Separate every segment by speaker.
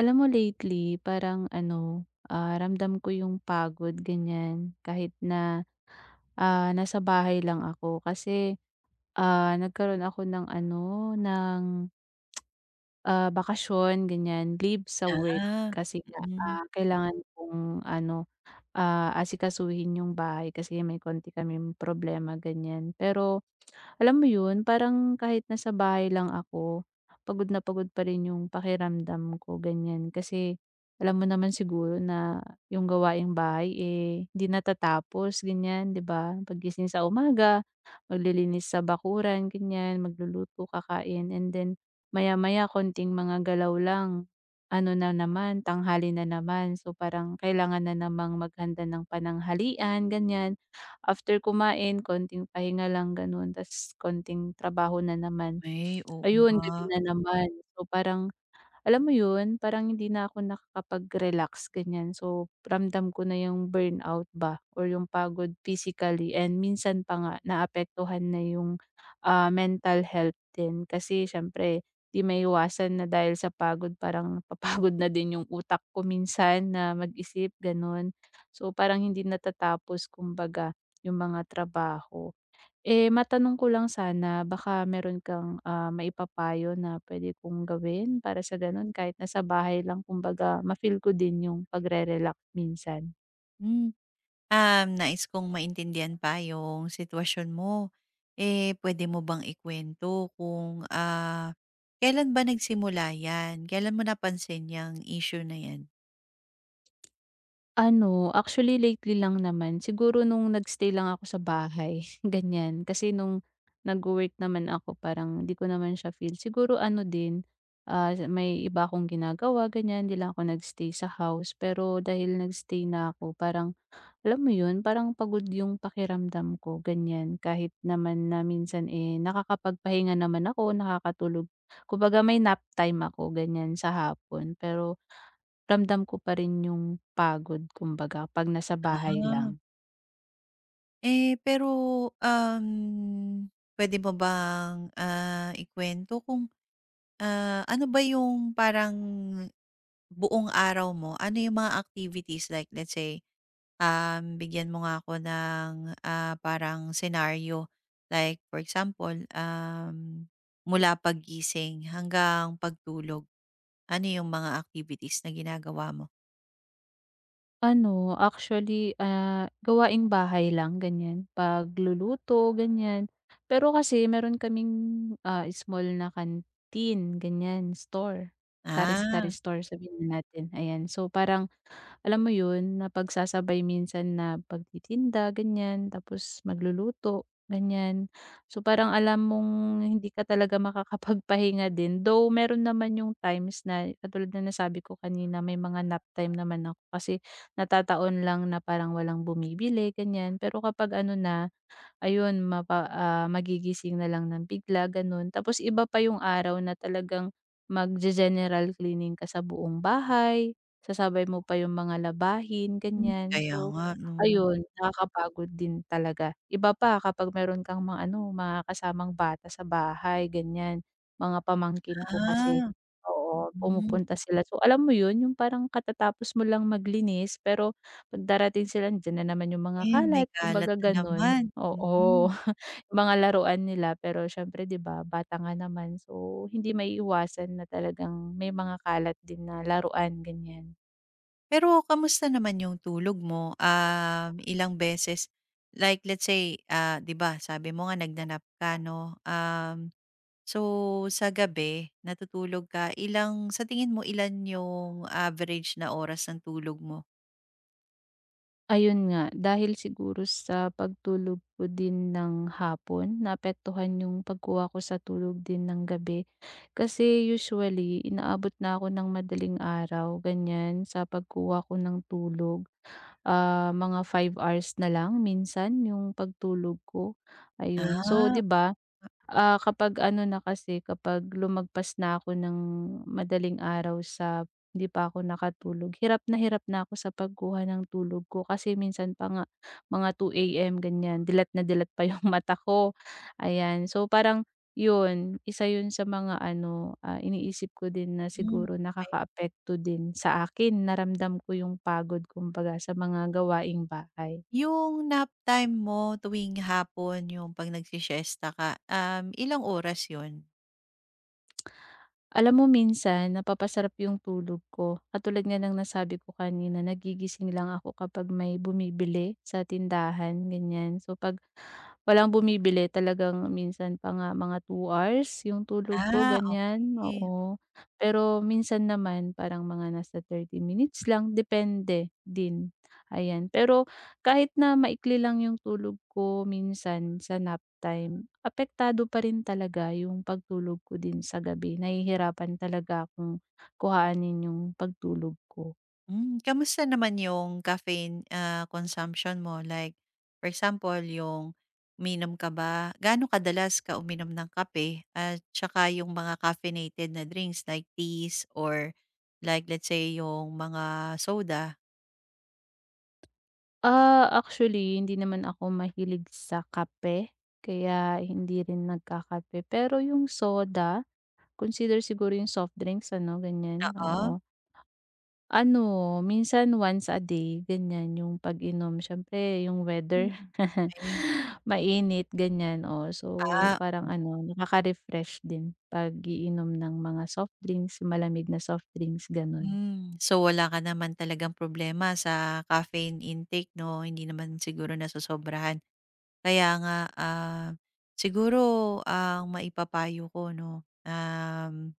Speaker 1: Alam mo lately, parang ano, ah, ramdam ko yung pagod ganyan kahit na, ah, nasa bahay lang ako kasi, ah, nagkaroon ako ng ano, ng, ah, bakasyon ganyan, leave sa work
Speaker 2: Ah,
Speaker 1: kasi nga,
Speaker 2: mm.
Speaker 1: ah, kailangan kong ano, ah, asikasuhin yung bahay kasi may konti kami problema ganyan. Pero alam mo 'yun, parang kahit nasa bahay lang ako, pagod na pagod pa rin 'yung pakiramdam ko, ganyan. Kasi alam mo naman siguro na 'yung gawaing bahay, eh, hindi natatapos, ganiyan, 'di ba? Paggising sa umaga, maglilinis sa bakuran, ganiyan, magluluto, kakain, and then maya-maya konting mga galaw lang, ano na naman, tanghali na naman. So, parang kailangan na namang maghanda ng pananghalian, ganyan. After kumain, konting pahinga lang gano'n, tas konting trabaho na naman.
Speaker 2: Ay, oo
Speaker 1: Ayun,
Speaker 2: nga.
Speaker 1: gabi na naman. So, parang alam mo 'yun, parang hindi na ako nakakapag-relax ganyan. So, ramdam ko na yung burnout ba or yung pagod physically, and minsan pa nga naapektuhan na yung, ah, mental health din. Kasi siyempre 'di maiwasan na dahil sa pagod parang papagod na din yung utak ko minsan na mag-isip gano'n. So, parang hindi natatapos kumbaga yung mga trabaho. Eh, matanong ko lang sana baka meron kang, ah, maipapayo na pwede kong gawin para sa gano'n kahit nasa bahay lang kumbaga ma-feel ko din yung pagre-relax minsan?
Speaker 2: Hmm, nais kong maintindihan pa yung sitwasyon mo. Eh, pwede mo bang ikwento kung, kailan ba nagsimula 'yan? Kailan mo napansin yung issue na 'yan?
Speaker 1: Ano, actually lately lang naman siguro nung nagstay lang ako sa bahay ganyan. Kasi nung nagwo-work naman ako parang di ko naman siya feel. Siguro ano din, ah, may iba akong ginagawa ganyan. Di lang ako nagstay sa house. Pero dahil nagstay na ako parang alam mo yun, parang pagod yung pakiramdam ko, ganyan. Kahit naman na minsan, eh, nakakapagpahinga naman ako, nakakatulog. Kumbaga may nap time ako, ganyan, sa hapon. Pero ramdam ko pa rin yung pagod, kumbaga, pag nasa bahay lang.
Speaker 2: Ah, eh, pero, um, pwede mo bang, ikwento kung, ano ba yung parang buong araw mo, ano yung mga activities like let's say bigyan mo nga ako ng, parang senaryo. Like for example, mula paggising hanggang pagtulog, ano yung mga activities na ginagawa mo?
Speaker 1: Ano, actually, ah, gawaing bahay lang, ganyan. Pagluluto, ganyan. Pero kasi meron kaming ah, small na canteen, ganyan, store. Sari-sari
Speaker 2: Ah,
Speaker 1: store, sabihin na natin. Ayan, so parang alam mo yun, napagsasabay minsan na pagtitinda, ganyan, tapos magluluto, ganyan. So parang alam mong hindi ka talaga makakapagpahinga din. Though meron naman yung times na, katulad na nasabi ko kanina, may mga nap time naman ako kasi natataon lang na parang walang bumibili, ganyan. Pero kapag ano na, ayun mapa magigising na lang ng bigla gano'n. Tapos iba pa yung araw na talagang magge-general cleaning ka sa buong bahay, sasabay mo pa yung mga labahin
Speaker 2: mm.
Speaker 1: ganyan.
Speaker 2: Kaya
Speaker 1: So,
Speaker 2: nga 'no.
Speaker 1: ayun nakakapagod din talaga. Iba pa kapag meron kang mga ano, mga kasamang bata sa bahay ganyan, mga pamangkin ko kasi.
Speaker 2: Ah,
Speaker 1: Oo,
Speaker 2: mm.
Speaker 1: pumupunta sila. So, alam mo yun yung parang katatapos mo lang maglinis pero pag darating sila andiyan na naman yung mga
Speaker 2: Eh, may
Speaker 1: kalat
Speaker 2: kalat
Speaker 1: kumbaga
Speaker 2: na
Speaker 1: gano'n.
Speaker 2: naman, mm.
Speaker 1: Oo, mga laruan nila pero siyempre 'di ba bata nga naman so hindi maiiwasan na talagang may mga kalat din na laruan ganyan.
Speaker 2: Pero kamusta naman yung tulog mo? Ilang beses like let's say, 'di ba sabi mo nga nagnanap ka 'no, so, sa gabi natutulog ka, ilang sa tingin mo ilan yung average na oras ng tulog mo?
Speaker 1: Ayun nga, dahil siguro sa pagtulog ko din ng hapon naapektuhan yung pagkuha ko sa tulog din ng gabi. Kasi usually inaabot na ako ng madaling araw ganyan sa pagkuha ko ng tulog. Mga 5 hours na lang minsan yung pagtulog ko, ayun. So 'di
Speaker 2: Ah,
Speaker 1: ba kapag ano na kasi, kapag lumagpas na ako ng madaling araw sa hindi pa ako nakatulog, hirap na ako sa pagkuha ng tulog ko kasi minsan pa nga mga 2:00 a.m. ganyan, dilat na dilat pa yung mata ko, ayan. So, parang yun, isa yun sa mga ano, ah, iniisip ko din na
Speaker 2: hmm,
Speaker 1: siguro
Speaker 2: okey.
Speaker 1: nakakaapekto din sa akin, na ko yung pagod kumbaga sa mga gawaing bahay.
Speaker 2: Yung nap time mo tuwing hapon, yung 'pag nagsisiesta ka, ilang oras yun?
Speaker 1: Alam mo minsan napapasarap yung tulog ko. Katulad nga ng nasabi ko kanina, nagigising lang ako kapag may bumibili sa tindahan, ganyan. So 'pag walang bumibili talagang minsan pa nga mga 2 hours yung tulog ko
Speaker 2: Ah,
Speaker 1: ganyan,
Speaker 2: okay.
Speaker 1: oo. Pero minsan naman parang mga nasa 30 minutes lang depende din, ayan. Pero kahit na maikli lang yung tulog ko minsan sa nap time, apektado pa rin talaga yung pagtulog ko din sa gabi. Nahihirapan talaga akong kuhaanin yung pagtulog ko.
Speaker 2: Hmm, kamusta naman yung caffeine, consumption mo? Like, for example, yung uminom ka ba? Gaano kadalas ka uminom ng kape at tsaka yung mga caffeinated na drinks like teas or like let's say yung mga soda?
Speaker 1: Actually hindi naman ako mahilig sa kape, kaya hindi rin nagkakape. Pero yung soda, consider siguro yung soft drinks ano, ganyan,
Speaker 2: Oo?
Speaker 1: oo. Ano, minsan once a day, ganyan yung pag-inom. Siyempre yung
Speaker 2: Hmm,
Speaker 1: weather,
Speaker 2: okey.
Speaker 1: mainit ganyan, oh. So
Speaker 2: Ah,
Speaker 1: parang ano, nakaka-refresh din pag-iinom ng mga soft drinks, yung malamig na soft drinks, gano'n.
Speaker 2: hmm. So, wala ka naman talagang problema sa caffeine intake 'no? Hindi naman siguro nasosobrahan. Kaya nga, siguro ang maipapayo ko 'no,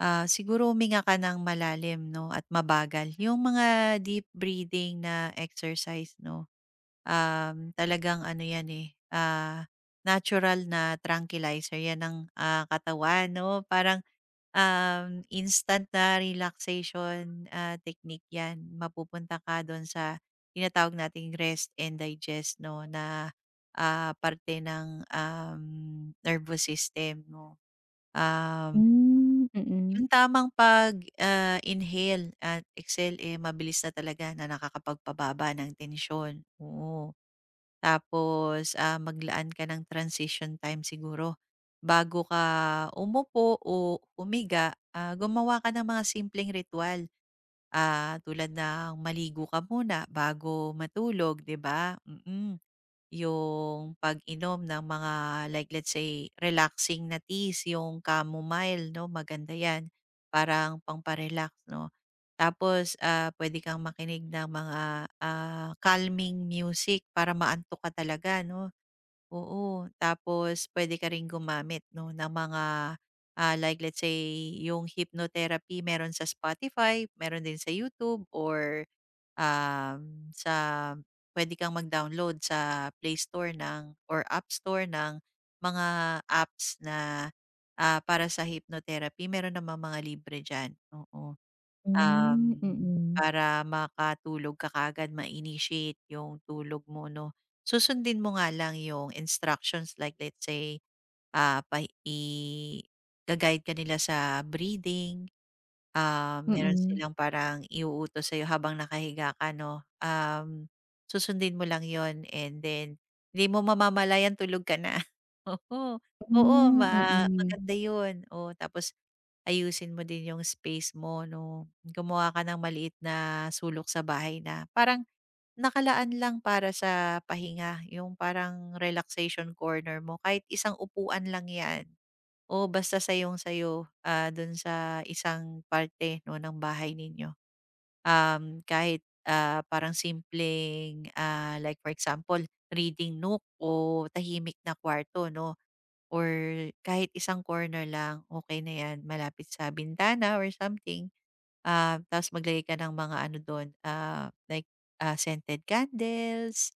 Speaker 2: siguro huminga ka ng malalim 'no at mabagal. Yung mga deep breathing na exercise 'no, talagang ano 'yan, eh, natural na tranquilizer 'yan ng, katawan 'no. Parang instant na relaxation, technique 'yan. Mapupunta ka do'n sa tinatawag nating rest and digest 'no, na, parte ng, nervous system 'no. Um,
Speaker 1: Hmm. Mm.
Speaker 2: yung tamang pag, inhale at exhale, eh, mabilis na talaga na nakakapagpababa ng tensyon, oo. Tapos, maglaan ka ng transition time siguro. Bago ka umupo o umiga, gumawa ka ng mga simpleng ritual, tulad ng maligo ka muna bago matulog, 'di ba? Mm. Yung pag-inom ng mga like let's say relaxing na teas, yung chamomile 'no, maganda 'yan, parang pampa 'no. Tapos, pwede kang makinig ng mga, calming music para maantok ka talaga 'no, oo. Tapos pwede ka ring gumamit 'no ng mga, like let's say yung hypnotherapy meron sa Spotify, meron din sa YouTube or sa puwede kang mag-download sa Play Store ng or App Store ng mga apps na, para sa hypnotherapy. Meron naman mga libre diyan, oo. Um,
Speaker 1: Hmm, mm.
Speaker 2: para makatulog ka kaagad, ma-initiate yung tulog mo 'no. Susundin mo nga lang yung instructions like let's say, pa i ga-guide ka nila sa breathing. Ah, meron
Speaker 1: Mm.
Speaker 2: silang parang iuutos sa'yo habang nakahiga ka 'no, susundin mo lang yon and then hindi mo mamamalayan tulog ka na. Oo, oo
Speaker 1: Hmm, mm.
Speaker 2: maganda 'yun, oo. Tapos ayusin mo din 'yung space mo 'no, gumawa ka ng maliit na sulok sa bahay na parang nakalaan lang para sa pahinga, 'yung parang relaxation corner mo, kahit isang upuan lang 'yan. O basta sayong-sayo, dun sa isang parte 'no ng bahay ninyo. Kahit, parang simpleng, like for example, reading nook o tahimik na kwarto 'no, or kahit isang corner lang, okay na 'yan, malapit sa bintana or something. Ah, tapos maglagay ka ng mga ano dun, like, scented candles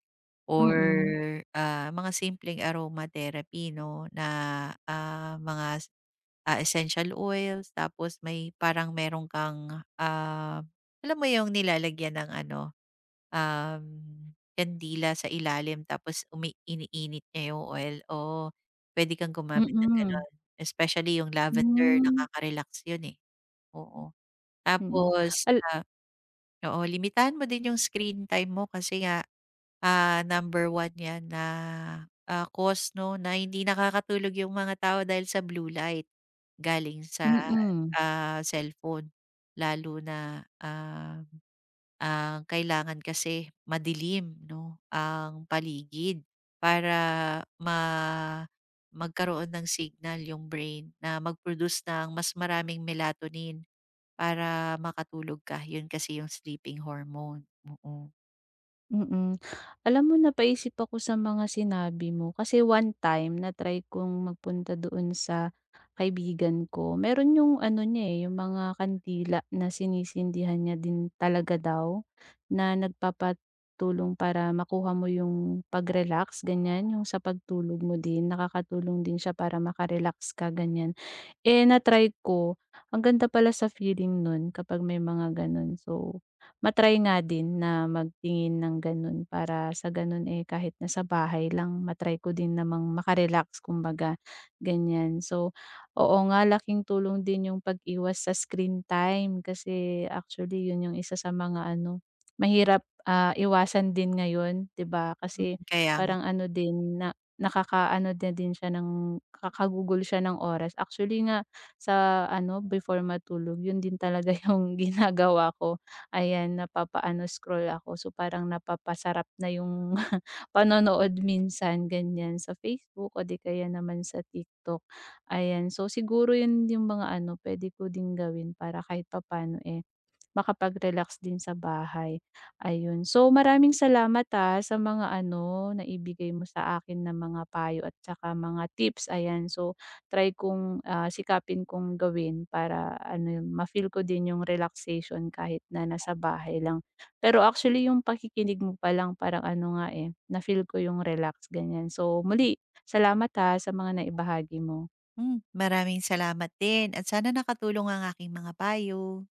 Speaker 2: or,
Speaker 1: Mm.
Speaker 2: Hmm. Mga simpleng aromatherapy 'no, na, ah, mga s essential oils tapos may parang meron kang, alam mo yung nilalagyan ng ano, um, kandila sa ilalim tapos iniinit niya yung oil, o, puwede kang gumamit ng gano'n, especially yung lavender
Speaker 1: Mm.
Speaker 2: nakaka-relax yun, eh, oo.
Speaker 1: Hmm, mm.
Speaker 2: Tapos,
Speaker 1: Al
Speaker 2: ah, oo, limitahan mo din yung screen time mo kasi nga, number one 'yan na, cause 'no, na hindi nakakatulog yung mga tao dahil sa blue light galing sa,
Speaker 1: mm,
Speaker 2: cellphone. Lalo na, ah, ang kailangan kasi madilim 'no, ang paligid para ma magkaroon ng signal yung brain na mag-produce ng mas maraming melatonin para makatulog ka. Yun kasi yung sleeping hormone, oo.
Speaker 1: mm. Alam mo napaisip ako sa mga sinabi mo kasi one time na-try kong magpunta doon sa kaibigan ko. Meron yung ano niya, eh, yung mga kandila na sinisindihan niya din talaga daw na nagpapatulong para makuha mo yung pag-relax, ganyan. Yung sa pagtulog mo din nakakatulong din siya para maka-relax ka, ganyan. Eh, na-try ko. Ang ganda pala sa feeling nun kapag may mga ganun. So, matry try nga din na magtingin ng ganun para sa ganun, eh, kahit nasa bahay lang matry ko din namang maka-relax kumbaga, ganyan. So, oo nga laking tulong din yung pag-iwas sa screen time kasi actually yun yung isa sa mga ano, mahirap, ah, iwasan din ngayon, 'di ba? Kasi
Speaker 2: Kaya nga,
Speaker 1: parang ano din nakakaano na din siya ng nakakagugol siya ng oras. Actually nga sa ano, before matulog yun din talaga yung ginagawa ko. Ayan, napapaano scroll ako. So, parang napapasarap na yung panonood minsan ganyan sa Facebook o di kaya naman sa TikTok, ayan. So, siguro yun yung mga ano, puwede ko ding gawin para kahit papaano, eh, makapag-relax din sa bahay, ayun. So, maraming salamat, ah, sa mga ano, na ibigay mo sa akin na mga payo at saka mga tips, ayan. So, try kong, ah, sikapin kong gawin para ano, ma-feel ko din yung relaxation kahit na nasa bahay lang. Pero actually yung pakikinig mo pa lang parang ano nga, eh, na-feel ko yung relax, ganyan. So, muli salamat, ah, sa mga naibahagi mo.
Speaker 2: hmm, maraming salamat din at sana nakatulong ang aking mga payo.